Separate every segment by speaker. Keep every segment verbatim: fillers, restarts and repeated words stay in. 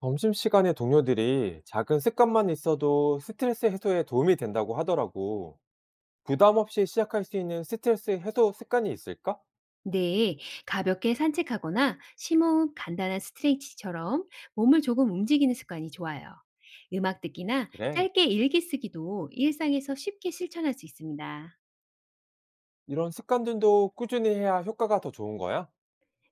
Speaker 1: 점심시간에 동료들이 작은 습관만 있어도 스트레스 해소에 도움이 된다고 하더라고. 부담 없이 시작할 수 있는 스트레스 해소 습관이 있을까?
Speaker 2: 네, 가볍게 산책하거나 심호흡, 간단한 스트레칭처럼 몸을 조금 움직이는 습관이 좋아요. 음악 듣기나
Speaker 1: 그래.
Speaker 2: 짧게 일기 쓰기도 일상에서 쉽게 실천할 수 있습니다.
Speaker 1: 이런 습관들도 꾸준히 해야 효과가 더 좋은 거야?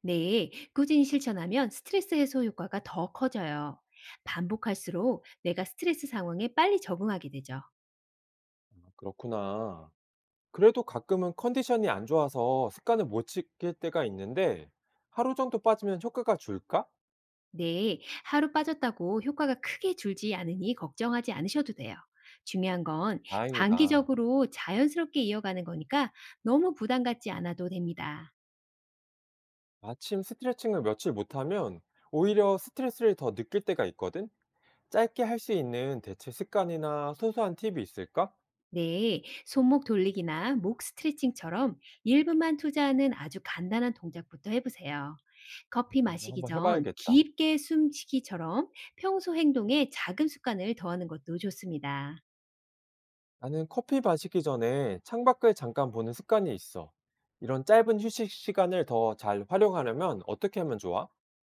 Speaker 2: 네, 꾸준히 실천하면 스트레스 해소 효과가 더 커져요. 반복할수록 내가 스트레스 상황에 빨리 적응하게 되죠.
Speaker 1: 그렇구나. 그래도 가끔은 컨디션이 안 좋아서 습관을 못 지킬 때가 있는데 하루 정도 빠지면 효과가 줄까?
Speaker 2: 네, 하루 빠졌다고 효과가 크게 줄지 않으니 걱정하지 않으셔도 돼요. 중요한 건
Speaker 1: 다행이다.
Speaker 2: 장기적으로 자연스럽게 이어가는 거니까 너무 부담 갖지 않아도 됩니다.
Speaker 1: 아침 스트레칭을 며칠 못하면 오히려 스트레스를 더 느낄 때가 있거든? 짧게 할 수 있는 대체 습관이나 소소한 팁이 있을까?
Speaker 2: 네, 손목 돌리기나 목 스트레칭처럼 일 분만 투자하는 아주 간단한 동작부터 해보세요. 커피
Speaker 1: 어,
Speaker 2: 마시기
Speaker 1: 한번
Speaker 2: 전
Speaker 1: 해봐야겠다.
Speaker 2: 깊게 숨쉬기처럼 평소 행동에 작은 습관을 더하는 것도 좋습니다.
Speaker 1: 나는 커피 마시기 전에 창밖을 잠깐 보는 습관이 있어. 이런 짧은 휴식 시간을 더 잘 활용하려면 어떻게 하면 좋아?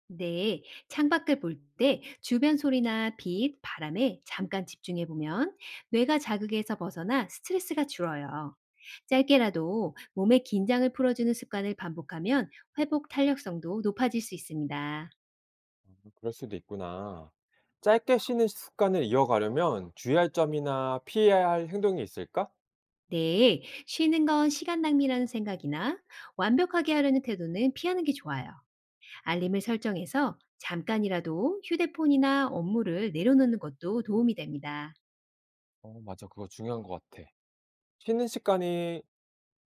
Speaker 2: 네, 창밖을 볼 때 주변 소리나 빛, 바람에 잠깐 집중해 보면 뇌가 자극에서 벗어나 스트레스가 줄어요. 짧게라도 몸의 긴장을 풀어주는 습관을 반복하면 회복 탄력성도 높아질 수 있습니다.
Speaker 1: 음, 그럴 수도 있구나. 짧게 쉬는 습관을 이어가려면 주의할 점이나 피해야 할 행동이 있을까?
Speaker 2: 네, 쉬는 건 시간 낭비라는 생각이나 완벽하게 하려는 태도는 피하는 게 좋아요. 알림을 설정해서 잠깐이라도 휴대폰이나 업무를 내려놓는 것도 도움이 됩니다.
Speaker 1: 어, 맞아. 그거 중요한 것 같아. 쉬는 습관이,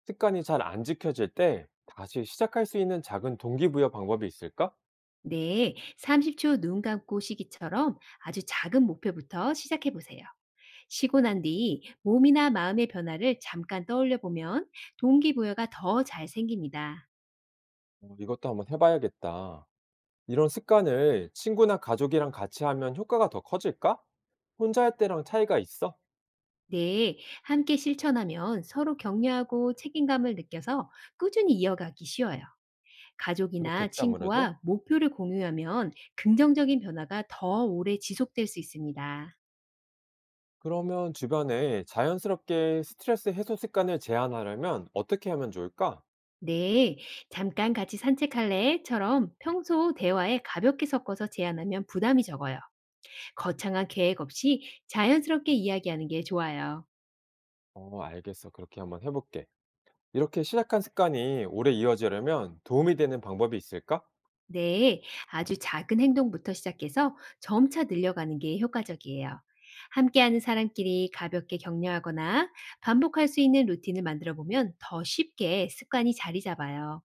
Speaker 1: 습관이 잘 안 지켜질 때 다시 시작할 수 있는 작은 동기부여 방법이 있을까?
Speaker 2: 네, 삼십 초 눈 감고 쉬기처럼 아주 작은 목표부터 시작해 보세요. 쉬고 난 뒤 몸이나 마음의 변화를 잠깐 떠올려 보면 동기부여가 더 잘 생깁니다.
Speaker 1: 어, 이것도 한번 해봐야겠다. 이런 습관을 친구나 가족이랑 같이 하면 효과가 더 커질까? 혼자 할 때랑 차이가 있어?
Speaker 2: 네, 함께 실천하면 서로 격려하고 책임감을 느껴서 꾸준히 이어가기 쉬워요. 가족이나
Speaker 1: 그렇겠지, 아무래도?
Speaker 2: 친구와 목표를 공유하면 긍정적인 변화가 더 오래 지속될 수 있습니다.
Speaker 1: 그러면 주변에 자연스럽게 스트레스 해소 습관을 제안하려면 어떻게 하면 좋을까?
Speaker 2: 네, 잠깐 같이 산책할래?처럼 평소 대화에 가볍게 섞어서 제안하면 부담이 적어요. 거창한 계획 없이 자연스럽게 이야기하는 게 좋아요.
Speaker 1: 어, 알겠어. 그렇게 한번 해볼게. 이렇게 시작한 습관이 오래 이어지려면 도움이 되는 방법이 있을까?
Speaker 2: 네, 아주 작은 행동부터 시작해서 점차 늘려가는 게 효과적이에요. 함께하는 사람끼리 가볍게 격려하거나 반복할 수 있는 루틴을 만들어 보면 더 쉽게 습관이 자리 잡아요.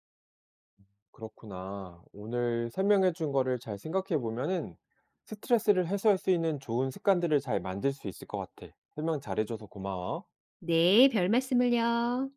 Speaker 1: 그렇구나. 오늘 설명해준 거를 잘 생각해보면은 스트레스를 해소할 수 있는 좋은 습관들을 잘 만들 수 있을 것 같아. 설명 잘해줘서 고마워.
Speaker 2: 네, 별 말씀을요.